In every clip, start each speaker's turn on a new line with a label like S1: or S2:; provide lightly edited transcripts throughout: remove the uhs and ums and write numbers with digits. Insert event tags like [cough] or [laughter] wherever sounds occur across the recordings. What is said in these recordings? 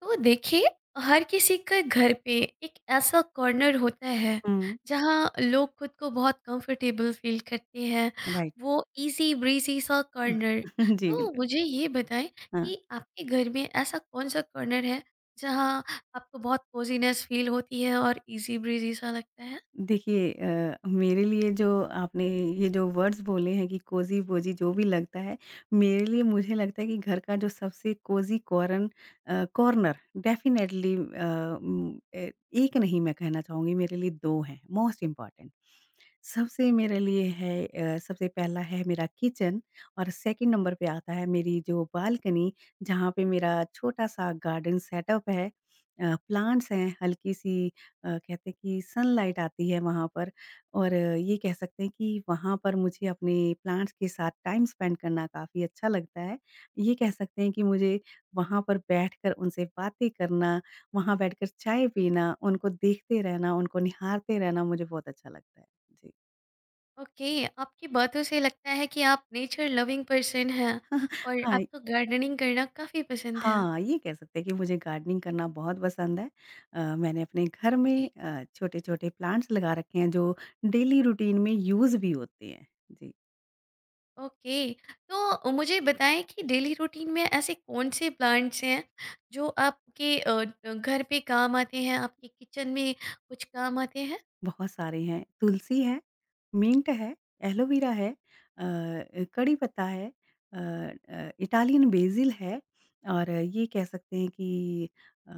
S1: तो देखिए, हर किसी के घर पे एक ऐसा कॉर्नर होता है
S2: हुँ।
S1: जहाँ लोग खुद को बहुत कंफर्टेबल फील करते हैं।
S2: राइट।
S1: वो इजी ब्रीजी सा कॉर्नर।
S2: [laughs] जी,
S1: तो
S2: बिल्कुल।
S1: मुझे ये बताएं
S2: हाँ।
S1: कि आपके घर में ऐसा कौन सा कॉर्नर है जहाँ आपको बहुत कोजीनेस फील होती है और इजी ब्रीजी सा लगता है।
S2: देखिए मेरे लिए जो आपने ये जो वर्ड्स बोले हैं कि कोज़ी-वोज़ी जो भी लगता है, मेरे लिए मुझे लगता है कि घर का जो सबसे cosy corner definitely uh, um, a एक नहीं मैं कहना चाहूँगी मेरे लिए 2 हैं मोस्ट इम्पोर्टेंट। सबसे मेरे लिए है सबसे पहला है मेरा किचन और सेकंड नंबर पे आता है मेरी जो बालकनी जहाँ पे मेरा छोटा-सा गार्डन सेटअप है। प्लांट्स हैं, हल्की-सी कहते हैं कि सनलाइट आती है वहाँ पर और ये कह सकते हैं कि वहाँ पर मुझे अपने प्लांट्स के साथ टाइम स्पेंड करना काफ़ी अच्छा लगता है। ये कह सकते हैं कि मुझे वहाँ पर बैठकर उनसे बातें करना, वहाँ बैठकर चाय पीना, उनको देखते रहना, उनको निहारते रहना मुझे बहुत अच्छा लगता है। जी।
S1: ओके, आपकी बातों से लगता है कि आप नेचर लविंग पर्सन हैं और
S2: हाँ,
S1: आपको गार्डनिंग करना काफ़ी पसंद है।
S2: हाँ, ये कह सकते हैं कि मुझे गार्डनिंग करना बहुत पसंद है। मैंने अपने घर में छोटे-छोटे प्लांट्स लगा रखे हैं जो डेली रूटीन में यूज़ भी होते हैं। जी।
S1: ओके, तो मुझे बताएं कि डेली रूटीन में ऐसे कौन से प्लांट्स हैं जो आपके घर पे काम आते हैं, आपके किचन में कुछ काम आते हैं।
S2: बहुत सारे हैं, तुलसी है, मिंट है, एलोवेरा है कड़ी पत्ता है इटालियन बेसिल है और ये कह सकते हैं कि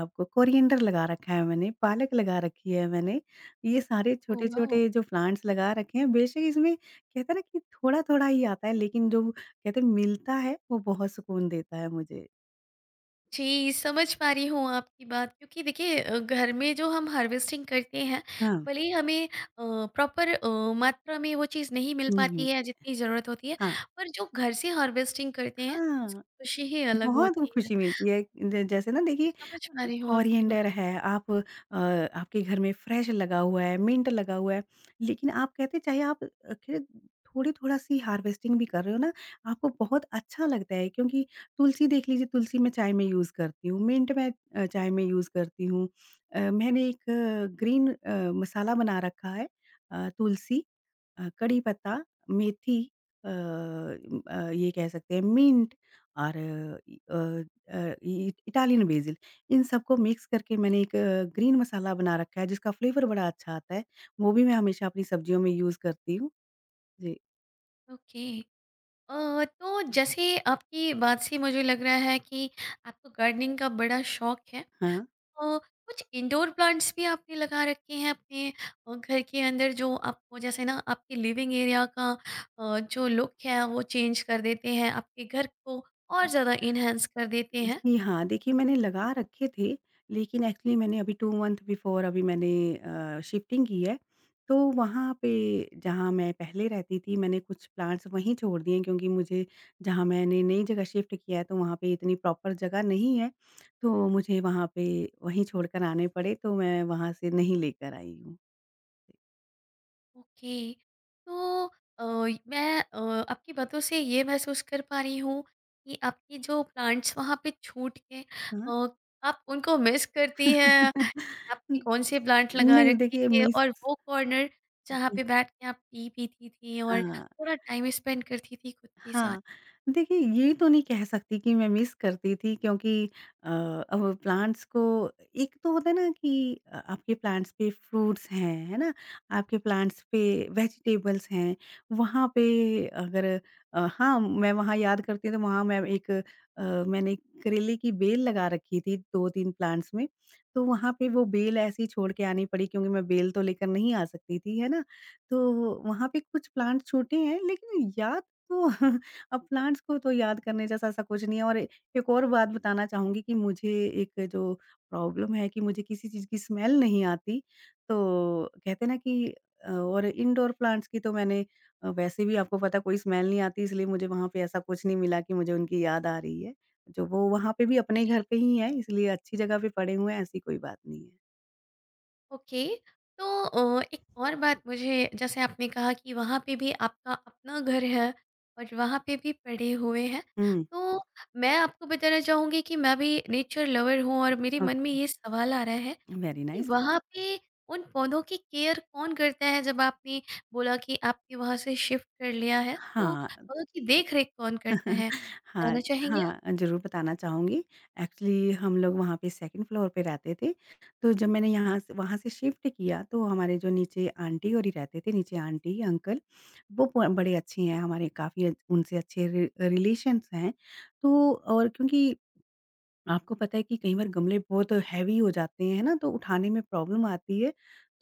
S2: आपको कोरिएंडर लगा रखा है मैंने, पालक लगा रखी है मैंने। ये सारे
S1: ओह, वाओ।
S2: छोटे-छोटे जो प्लांट्स लगा रखे हैं, बेशक इसमें कहते हैं ना कि थोड़ा-थोड़ा ही आता है, लेकिन जो कहते हैं मिलता है, वो बहुत सुकून देता है मुझे।
S1: जी, समझ पा रही हूँ आपकी बात, क्योंकि देखिए घर में जो हम हार्वेस्टिंग करते हैं,
S2: हाँ,
S1: भले ही हमें प्रॉपर मात्रा में वो चीज़ नहीं मिल
S2: नहीं
S1: पाती है
S2: मिलती।
S1: जितनी ज़रूरत होती है,
S2: हाँ,
S1: पर जो घर से हार्वेस्टिंग करते हैं उसकी
S2: हाँ।
S1: खुशी ही अलग
S2: बहुत
S1: होती है।
S2: खुशी मिलती है। ज जैसे ना देखिए
S1: समझ पा रही हूँ आपकी बात।
S2: कोरिएंडर है, आप अ, आपके घर में फ्रेश लगा हुआ है, मिंट लगा हुआ है, लेकिन आप कहते चाहे आप खैर थोड़ी-थोड़ा सी हार्वेस्टिंग भी कर रहे हो ना, आपको बहुत अच्छा लगता है क्योंकि तुलसी देख लीजिए, तुलसी मैं चाय में यूज़ करती हूँ, मिंट मैं चाय में यूज़ करती हूँ। मैंने एक ग्रीन मसाला बना रखा है तुलसी कड़ी पत्ता, मेथी ये कह सकते हैं मिंट और इ अ अ, इ इटालियन बेसिल इन सबको मिक्स करके मैंने एक ग्रीन मसाला बना रखा है जिसका फ्लेवर बड़ा अच्छा आता है। वो भी मैं हमेशा अपनी सब्जियों में यूज़ करती हूँ। जी।
S1: ओके। तो जैसे आपकी बात से मुझे लग रहा है कि आपको गार्डनिंग का बड़ा शौक है।
S2: हाँ।
S1: तो कुछ इंडोर प्लांट्स भी आपने लगा रखे हैं अपने घर के अंदर, जो आपको जैसे ना आपके लिविंग एरिया का जो लुक है वो चेंज कर देते हैं, आपके घर को और ज़्यादा इन्हेंस कर देते हैं।
S2: जी हाँ, देखिए मैंने लगा रखे थे, लेकिन एक्चुअली मैंने अभी 2 मंथ बिफोर अभी मैंने शिफ्टिंग की है, तो वहाँ पे जहाँ मैं पहले रहती थी, मैंने कुछ प्लांट्स वहीं छोड़ दिए क्योंकि मुझे जहाँ मैंने नई जगह शिफ्ट किया है, तो वहाँ पे इतनी प्रॉपर जगह नहीं है, तो मुझे वहाँ पे वहीं छोड़कर आने पड़े, तो मैं वहाँ से नहीं लेकर आई हूँ।
S1: ओके। तो अ, मैं अ, आपकी बातों से ये महसूस कर पा रही हूँ कि आपकी जो प्लांट्स वहाँ पे छूट के
S2: हाँ।
S1: अ, आप उनको मिस करती हैं, कि
S2: [laughs]
S1: आपने कौन से प्लांट लगा
S2: नहीं
S1: रखे
S2: देखिए
S1: थे
S2: मिस
S1: और वो कॉर्नर जहाँ पे बैठ के आप टी पीती थी और
S2: हाँ।
S1: थोड़ा टाइम स्पेंड करती थी खुद के साथ।
S2: हाँ, देखिए ये तो नहीं कह सकती कि मैं मिस करती थी क्योंकि अब प्लांट्स को एक तो होता है ना कि आपके प्लांट्स पे फ्रूट्स हैं, है ना? आपके प्लांट्स पे वेजिटेबल्स हैं, वहाँ पे अगर हाँ, मैं वहाँ याद करती हूँ तो वहाँ मैं एक मैंने करेले की बेल लगा रखी थी 2-3 प्लांट्स में, तो वहाँ पे वो बेल ऐसी छोड़ के आनी पड़ी क्योंकि मैं बेल तो लेकर नहीं आ सकती थी, है ना? तो वहाँ पे कुछ प्लांट छूटे हैं लेकिन याद तो [laughs] अब प्लांट्स को तो याद करने जैसा ऐसा कुछ नहीं है और एक और बात बताना चाहूँगी कि मुझे एक जो प्रॉब्लम है कि मुझे किसी चीज़ की स्मेल नहीं आती। तो कहते हैं ना कि और इंडोर प्लांट्स की तो मैंने वैसे भी आपको पता कोई स्मेल नहीं आती इसलिए मुझे वहाँ पे ऐसा कुछ नहीं मिला कि मुझे उनकी याद आ रही है। जो वो वहाँ पे भी अपने घर पे ही हैं इसलिए अच्छी जगह पे पड़े हुए हैं ऐसी कोई बात नहीं है।
S1: ओके। तो एक और बात, मुझे जैसे आपने कहा कि वहाँ पे भी आपका अपना घर है और वहाँ पे भी पढ़े हुए हैं,
S2: हुँ,
S1: तो मैं आपको बताना चाहूँगी कि मैं भी नेचर लवर हूँ और मेरे
S2: ओके।
S1: मन में ये सवाल आ रहा है
S2: वेरी
S1: कि
S2: नाइस।
S1: वहाँ पे उन पौधों की केयर कौन करता है। जब आपने बोला कि आपने वहाँ से शिफ्ट कर लिया है, तो
S2: हाँ,
S1: पौधों की देख रेख कौन करता है,
S2: हाँ,
S1: बताना चाहेंगे आप?
S2: हाँ, ज़रूर बताना चाहूँगी। एक्चुअली हम लोग वहाँ पे सेकंड फ्लोर पे रहते थे, तो जब मैंने यहाँ से वहाँ से शिफ्ट किया तो हमारे जो नीचे आंटी और ही रहते थे, नीचे आंटी-अंकल वो ब बड़े अच्छे हैं, हमारे काफ़ी उनसे अच्छे रि रिलेशन्स हैं। तो और क्योंकि आपको पता है कि कई बार गमले बहुत हैवी हो जाते हैं, है ना? तो उठाने में प्रॉब्लम आती है।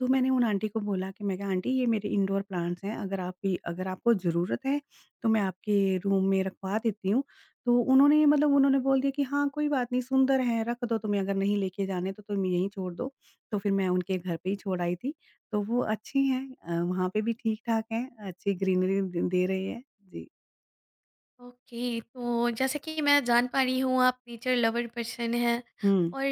S2: तो मैंने उन आंटी को बोला कि मैं कहा आंटी ये मेरे इंडोर प्लांट्स हैं, अगर आप भी अगर आपको ज़रूरत है तो मैं आपके रूम में रखवा देती हूँ। तो उन्होंने मतलब उन्होंने बोल दिया कि हाँ, कोई बात नहीं सुंदर हैं, रख दो तुम्हें अगर नहीं लेके जाने तो तुम यहीं छोड़ दो। तो फिर मैं उनके घर पे ही छोड़ आई थी। तो वो अच्छे हैं वहाँ पे भी ठीक-ठाक हैं, अच्छी ग्रीनरी द दे रहे हैं। जी।
S1: ओके, तो जैसे कि मैं जान पा रही हूँ आप नेचर लवर पर्सन हैं
S2: हुँ,
S1: और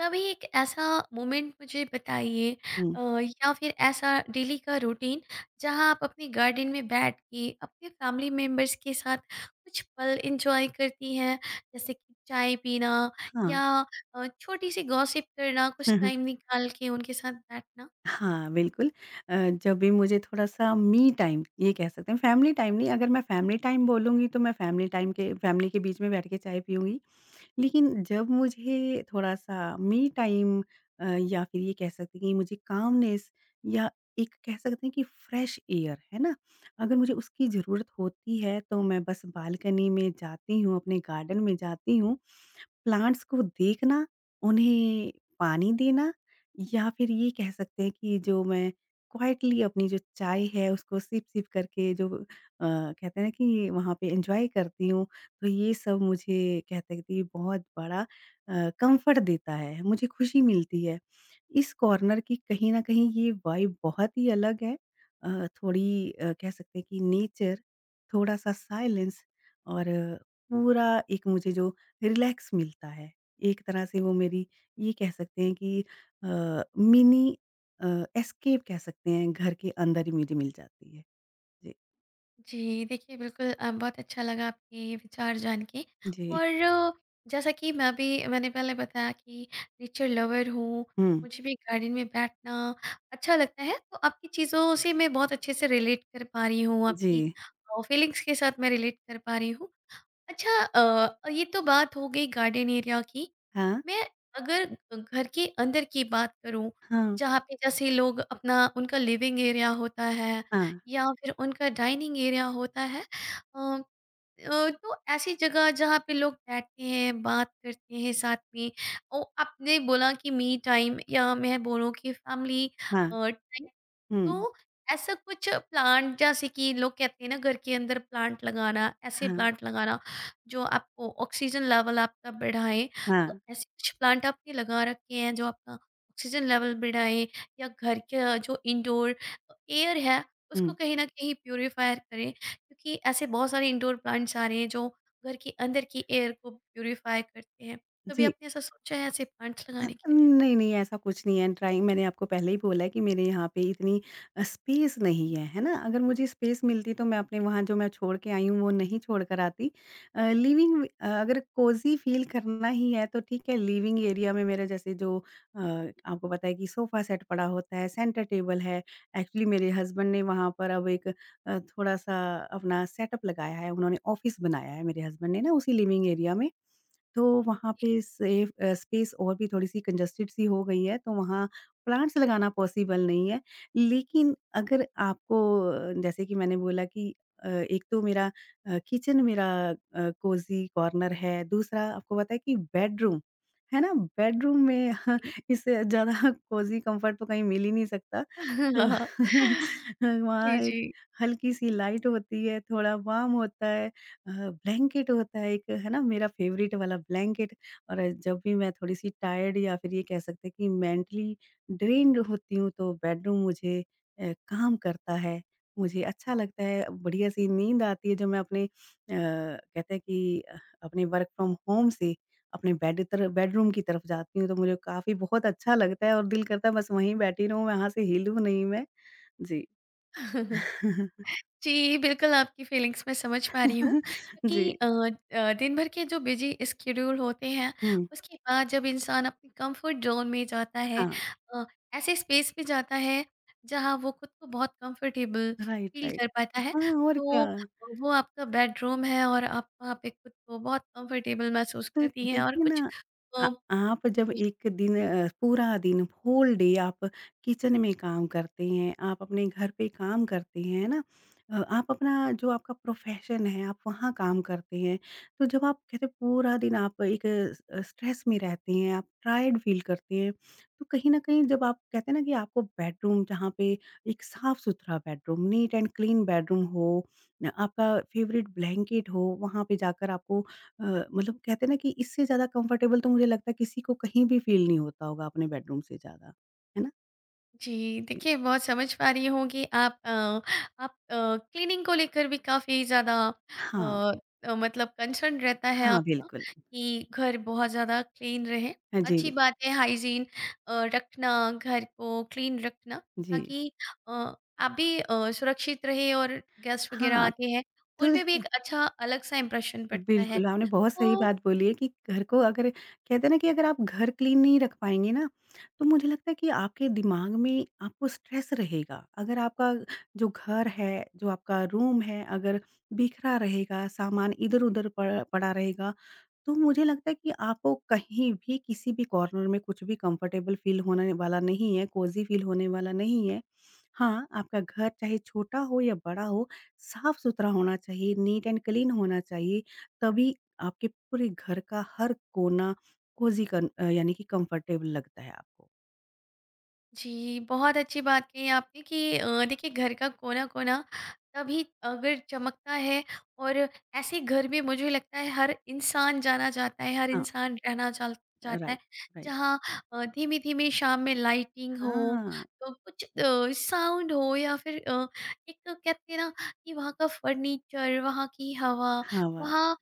S1: कभी एक ऐसा मोमेंट मुझे बताइए,
S2: हुँ।
S1: या फिर ऐसा डेली का रूटीन जहाँ आप अपने गार्डन में बैठ के अपने फैमिली मेम्बर्स के साथ कुछ पल एंजॉय करती हैं, जैसे कि चाय पीना
S2: हाँ।
S1: या छोटी सी गॉसिप करना, कुछ टाइम
S2: [laughs]
S1: निकाल के उनके साथ बैठना।
S2: हाँ, बिल्कुल। अ, जब भी मुझे थोड़ा-सा मी टाइम ये कह सकते हैं फैमिली टाइम नहीं अगर मैं फैमिली टाइम बोलूँगी तो मैं फैमिली टाइम के फैमिली के बीच में बैठ के चाय पीऊँगी। लेकिन जब मुझे थोड़ा-सा मी टाइम या फिर ये कह सकते हैं कि मुझे कामनेस या एक कह सकते हैं कि फ्रेश एयर, है ना? अगर मुझे उसकी ज़रूरत होती है तो मैं बस बालकनी में जाती हूँ, अपने गार्डन में जाती हूँ प्लांट्स को देखना, उन्हें पानी देना या फिर ये कह सकते हैं कि जो मैं क्वाइटली अपनी जो चाय है उसको सिप-सिप करके जो कहते हैं ना कि वहाँ पे एन्जॉय करती हूँ, तो ये सब मुझे कहते हैं कि बहुत बड़ा कम्फ़र्ट देता है, मुझे खुशी मिलती है। इस कॉर्नर की कहीं न कहीं ये वाइब बहुत ही अलग है। थोड़ी कह सकते हैं कि नेचर, थोड़ा-सा साइलेंस और पूरा एक मुझे जो रिलैक्स मिलता है। एक तरह से वो मेरी ये कह सकते हैं कि अ, मिनी अ, एस्केप कह सकते हैं घर के अंदर ही मुझे मिल जाती है। जी,
S1: जी, देखिए, बिल्कुल, बहुत अच्छा लगा आपके ये विचार जान के।
S2: जी।
S1: और जैसा कि मैंने पहले बताया कि नेचर लवर हूँ,
S2: हुँ,
S1: मुझे भी गार्डन में बैठना अच्छा लगता है, तो आपकी चीज़ों से मैं बहुत अच्छे से रिलेट कर पा रही हूँ,
S2: जी।
S1: आपकी फीलिंग्स के साथ मैं रिलेट कर पा रही हूँ। अच्छा, ये तो बात हो गई गार्डन एरिया की।
S2: हाँ,
S1: मैं अगर घर के अंदर की बात करूँ,
S2: हाँ,
S1: जहाँ पे जैसे लोग अपना, उनका लिविंग एरिया होता है
S2: हाँ,
S1: या फिर उनका डाइनिंग एरिया होता है। अ तो ऐसी जगह जहाँ पे लोग बैठते हैं, बात करते हैं साथ में, और आपने बोला कि मी टाइम, या मैं बोलूँ कि फैमिली
S2: हाँ।
S1: टाइम।
S2: हुँ,
S1: तो ऐसा कुछ प्लांट, जैसे कि लोग कहते हैं ना घर के अंदर प्लांट लगाना, ऐसे
S2: हाँ,
S1: प्लांट लगाना जो आपको ऑक्सीजन लेवल आपका बढ़ाए। तो
S2: हाँ।
S1: ऐसे कुछ प्लांट आपने लगा रखे हैं जो आपका ऑक्सीजन लेवल बढ़ाए, या घर के जो इंडोर एयर है उसको
S2: हुँ,
S1: कहीं ना कहीं प्योरीफायर करें? क्योंकि ऐसे बहुत सारे इंडोर प्लांट्स आ रहे हैं जो घर के अंदर की एयर को प्योरीफाई करते हैं। कभी
S2: जी।
S1: आपने ऐसा सोचा है ऐसे प्लांट्स
S2: हाँ,
S1: लगाने के लिए?
S2: नहीं, नहीं ऐसा कुछ नहीं है ड्राइंग मैंने आपको पहले ही बोला है कि मेरे यहाँ पे इतनी स्पेस नहीं है, है ना? अगर मुझे स्पेस मिलती तो मैं अपने वहाँ जो मैं छोड़ के आई हूँ वो नहीं छोड़ कर आती। अगर कोज़ी फ़ील करना ही है तो ठीक है लिविंग एरिया में मेरा जैसे जो अ, आपको पता है कि सोफ़ा सेट पड़ा होता है, सेंटर टेबल है। एक्चुअली मेरे हस्बैंड ने वहाँ पर अब एक थोड़ा-सा अपना सेटअप लगाया है, उन्होंने ऑफ़िस बनाया है मेरे हस्बैंड ने ना उसी लिविंग एरिया में। तो वहाँ पे सेफ स्पेस और भी थोड़ी-सी कंजस्टेड सी हो गई है, तो वहाँ प्लांट्स लगाना पॉसिबल नहीं है। लेकिन अगर आपको जैसे कि मैंने बोला कि एक तो मेरा किचन मेरा कोज़ी कॉर्नर है, दूसरा आपको पता है कि बेडरूम, है ना? बेडरूम में
S1: ओके।
S2: [laughs] इससे ज़्यादा कोज़ी कम्फर्ट तो कहीं मिल ही नहीं सकता। तो
S1: [laughs]
S2: [laughs] वहाँ
S1: जी,
S2: एक
S1: जी।
S2: हल्की-सी लाइट होती है, थोड़ा वार्म होता है ब्लैंकेट होता है एक, है ना? मेरा फ़ेवरेट वाला ब्लैंकेट और जब भी मैं थोड़ी-सी टायर्ड या फिर ये कह सकते हैं कि मेंटली ड्रेन्ड होती हूँ, तो बेडरूम मुझे काम करता है। मुझे अच्छा लगता है, बढ़िया-सी नींद आती है, जो मैं अपने कहते हैं कि अपने वर्क फ्रॉम होम से अपने बेडरूम की तरफ जाती हूँ तो मुझे काफ़ी बहुत अच्छा लगता है और दिल करता है बस वहीं बैठी रहूँ, वहाँ से हिलूँ नहीं मैं। जी।
S1: [laughs]
S2: [laughs]
S1: जी, बिल्कुल आपकी फीलिंग्स मैं समझ पा रही हूँ, क्योंकि
S2: जी।
S1: दिन भर के जो बिज़ी स्केड्यूल होते हैं,
S2: हुँ,
S1: उसके बाद जब इंसान अपनी कंफर्ट ज़ोन में जाता है,
S2: हाँ।
S1: अ, ऐसे स्पेस में जाता है जहाँ वो खुद को बहुत कंफर्टेबल
S2: राइट,
S1: फ़ील
S2: राइट।
S1: कर पाता है,
S2: हाँ, और क्या।
S1: तो वो आपका बेडरूम है, और आप वहाँ पे खुद को बहुत कंफर्टेबल महसूस
S2: तो
S1: करती हैं। और
S2: देखिए
S1: कुछ
S2: ना आ
S1: अ,
S2: आप जब
S1: जी।
S2: एक दिन पूरा दिन होल डे आप किचन में काम करते हैं, आप अपने घर पे काम करते हैं, है ना? आप अपना जो आपका प्रोफ़ेशन है, आप वहाँ काम करते हैं। तो जब आप कहते हैं पूरा दिन आप एक स्ट्रेस में रहते हैं, आप टायर्ड फ़ील करते हैं। तो कहीं न कहीं जब आप कहते हैं ना कि आपको बेडरूम जहाँ पे एक साफ-सुथरा bedroom, neat and clean bedroom हो, आपका फ़ेवरेट ब्लैंकेट हो, वहाँ पे जाकर आपको अ, मतलब कहते हैं ना कि इससे ज़्यादा कंफर्टेबल तो मुझे लगता है किसी को कहीं भी फ़ील नहीं होता होगा अपने बेडरूम से ज़्यादा, है ना?
S1: जी,
S2: जी।
S1: देखिए बहुत समझ पा रही हूँ कि आप क्लीनिंग को लेकर भी काफ़ी ज़्यादा,
S2: हाँ,
S1: मतलब कंसर्न रहता है
S2: हाँ,
S1: आपका,
S2: बिल्कुल।
S1: कि घर बहुत ज़्यादा क्लीन रहे।
S2: हाँ जी,
S1: अच्छी
S2: बिल्कुल।
S1: बात है, हाइजीन रखना, घर को क्लीन रखना,
S2: जी।
S1: ताकि अ, आप भी सुरक्षित रहें, और गेस्ट वग़ैरह
S2: हाँ,
S1: आते हैं,
S2: तो
S1: उन पे भी एक
S2: [laughs]
S1: अच्छा अलग-सा इम्प्रेशन पड़ता है।
S2: बिल्कुल, आपने बहुत सही
S1: तो
S2: बात बोली है कि घर को अगर कहते हैं ना कि अगर आप घर क्लीन नहीं रख पाएँगे ना, तो मुझे लगता है कि आपके दिमाग में आपको स्ट्रेस रहेगा। अगर आपका जो घर है, जो आपका रूम है, अगर बिखरा रहेगा, सामान इधर-उधर पड़ा पड़ा रहेगा तो मुझे लगता है कि आपको कहीं भी किसी भी कॉर्नर में कुछ भी कंफर्टेबल फ़ील होने वाला नहीं है, कोज़ी फ़ील होने वाला नहीं है। हाँ, आपका घर चाहे छोटा हो या बड़ा हो, साफ़-सुथरा होना चाहिए, नीट एंड क्लीन होना चाहिए, तभी आपके पूरे घर का हर कोना कोज़ी यानी कि कंफर्टेबल लगता है आपको।
S1: जी, बहुत अच्छी बात कही आपने कि देखिए घर का कोना-कोना तभी अगर चमकता है, और ऐसे घर में मुझे लगता है हर इंसान जाना चाहता है, हर
S2: हाँ,
S1: इंसान रहना चाल चाहता है,
S2: राइट, राइट।
S1: जहाँ धीमी-धीमी शाम में लाइटिंग हो,
S2: हाँ,
S1: तो कुछ साउंड हो, या फिर एक तो कहते हैं ना कि वहाँ का फर्नीचर, वहाँ की हवा,
S2: हाँ, वाह!
S1: वहाँ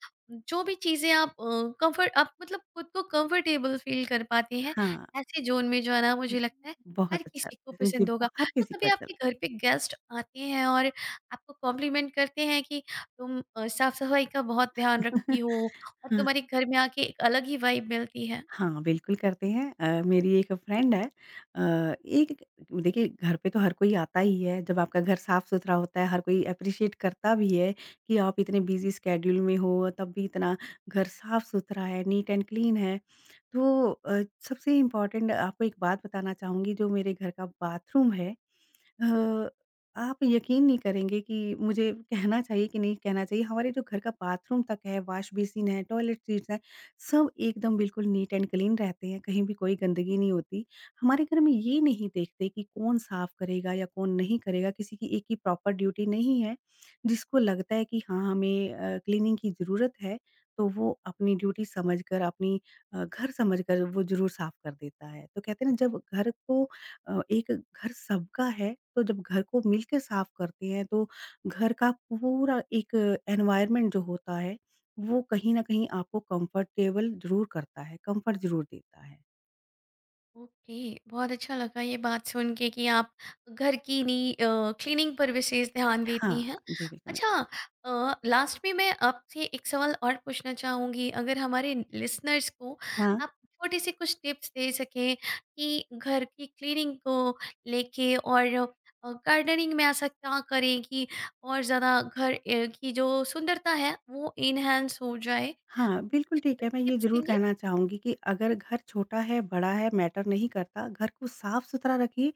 S1: जो भी चीज़ें, आप कम्फ़र्ट, आप मतलब खुद को कंफर्टेबल फ़ील कर पाते हैं,
S2: हाँ,
S1: ऐसे ज़ोन में जाना मुझे लगता है हर
S2: बहुत अच्छा।
S1: किसी को
S2: जी,
S1: पसंद होगा।
S2: बहुत
S1: तो
S2: किसी
S1: कभी
S2: को अच्छा
S1: आपके घर पे गेस्ट आते हैं और आपको कॉम्प्लीमेंट करते हैं कि तुम साफ-सफाई का बहुत ध्यान
S2: लगता
S1: रखती हो, और
S2: है।
S1: तुम्हारे
S2: [laughs]
S1: घर में आके एक अलग ही वाइब मिलती है?
S2: हाँ, बिल्कुल करते हैं। मेरी एक फ्रेंड है एक देखिए घर पे तो हर कोई आता ही है, जब आपका घर साफ-सुथरा होता है हर कोई एप्रिशिएट करता भी है कि आप इतने बिज़ी शेड्यूल में हो, तब भी इतना घर साफ-सुथरा है, नीट एंड क्लीन है। तो सबसे इम्पोर्टेंट आपको एक बात बताना चाहूँगी जो मेरे घर का बाथरूम है अ, आप यकीन नहीं करेंगे कि मुझे कहना चाहिए कि नहीं कहना चाहिए, हमारे जो घर का बाथरूम तक है, वॉश बेसिन है, टॉयलेट सीट्स हैं, सब एकदम बिल्कुल नीट एंड क्लीन रहते हैं, कहीं भी कोई गंदगी नहीं होती। हमारे घर में ये नहीं देखते कि कौन साफ करेगा या कौन नहीं करेगा, किसी की एक ही प्रॉपर ड्यूटी नहीं है। जिसको लगता है कि हाँ, हमें क्लीनिंग की ज़रूरत है, तो वो अपनी ड्यूटी समझकर, अपनी घर समझकर वो ज़रूर साफ कर देता है। तो कहते हैं ना जब घर को एक घर सबका है, तो जब घर को मिलके साफ करते हैं तो घर का पूरा एक एनवायरनमेंट जो होता है, वो कहीं न कहीं आपको कंफर्टेबल ज़रूर करता है, कंफर्ट ज़रूर देता है।
S1: ओके, बहुत अच्छा लगा ये बात सुन के कि आप घर की नी क्लीनिंग पर विशेष ध्यान देती
S2: हाँ,
S1: हैं।
S2: जी बिल्कुल।
S1: अच्छा, लास्ट में मैं आपसे एक सवाल और पूछना चाहूँगी, अगर हमारे लिसनर्स को
S2: हाँ।
S1: आप छोटे से कुछ टिप्स दे सकें कि घर की क्लीनिंग को लेके और गार्डनिंग में ऐसा क्या करें कि और ज़्यादा घर की जो सुंदरता है वो इनहेंस हो जाए।
S2: हाँ, बिल्कुल
S1: कुछ
S2: ठीक है, मैं ये
S1: टिप्स
S2: ज़रूर
S1: देंगे?
S2: कहना चाहूँगी कि अगर घर छोटा है, बड़ा है, मैटर नहीं करता, घर को साफ़-सुथरा रखिए।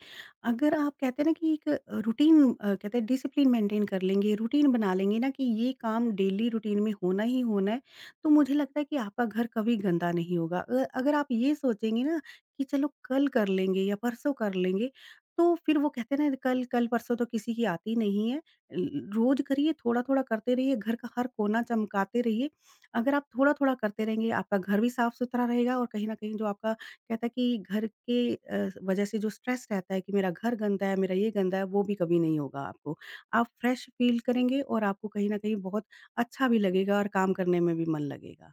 S2: अगर आप कहते हैं ना कि एक रूटीन कहते हैं डिसिप्लिन मेंटेन कर लेंगे, रूटीन बना लेंगे ना कि ये काम डेली रूटीन में होना ही होना है, तो मुझे लगता है कि आपका घर कभी गंदा नहीं होगा। अगर आप ये सोचेंगे ना कि चलो कल कर लेंगे या परसों कर लेंगे, तो फिर वो कहते हैं ना कल कल परसों तो किसी की आती नहीं है। ल रोज़ करिए, थोड़ा-थोड़ा करते रहिए, घर का हर कोना चमकाते रहिए अगर आप थोड़ा-थोड़ा करते रहेंगे, आपका घर भी साफ-सुथरा रहेगा और कहीं न कहीं जो आपका कहता है कि घर के वजह से जो स्ट्रेस रहता है कि मेरा घर गंदा है, मेरा ये गंदा है, वो भी कभी नहीं होगा आपको। आप फ्रेश फ़ील करेंगे और आपको कहीं न कहीं बहुत अच्छा भी लगेगा और काम करने में भी मन लगेगा।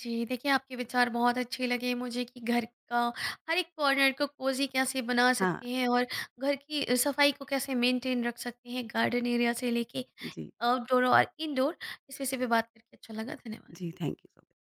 S1: जी, देखिए आपके विचार बहुत अच्छे लगे मुझे, कि घर का हर एक कॉर्नर को कोज़ी कैसे बना
S2: हाँ,
S1: सकते हैं, और घर की सफाई को कैसे मेंटेन रख सकते हैं, गार्डन एरिया से लेके
S2: जी।
S1: आउटडोर और इंडोर, इस विषय पे बात करके अच्छा लगा। धन्यवाद।
S2: जी, थैंक यू सो मच।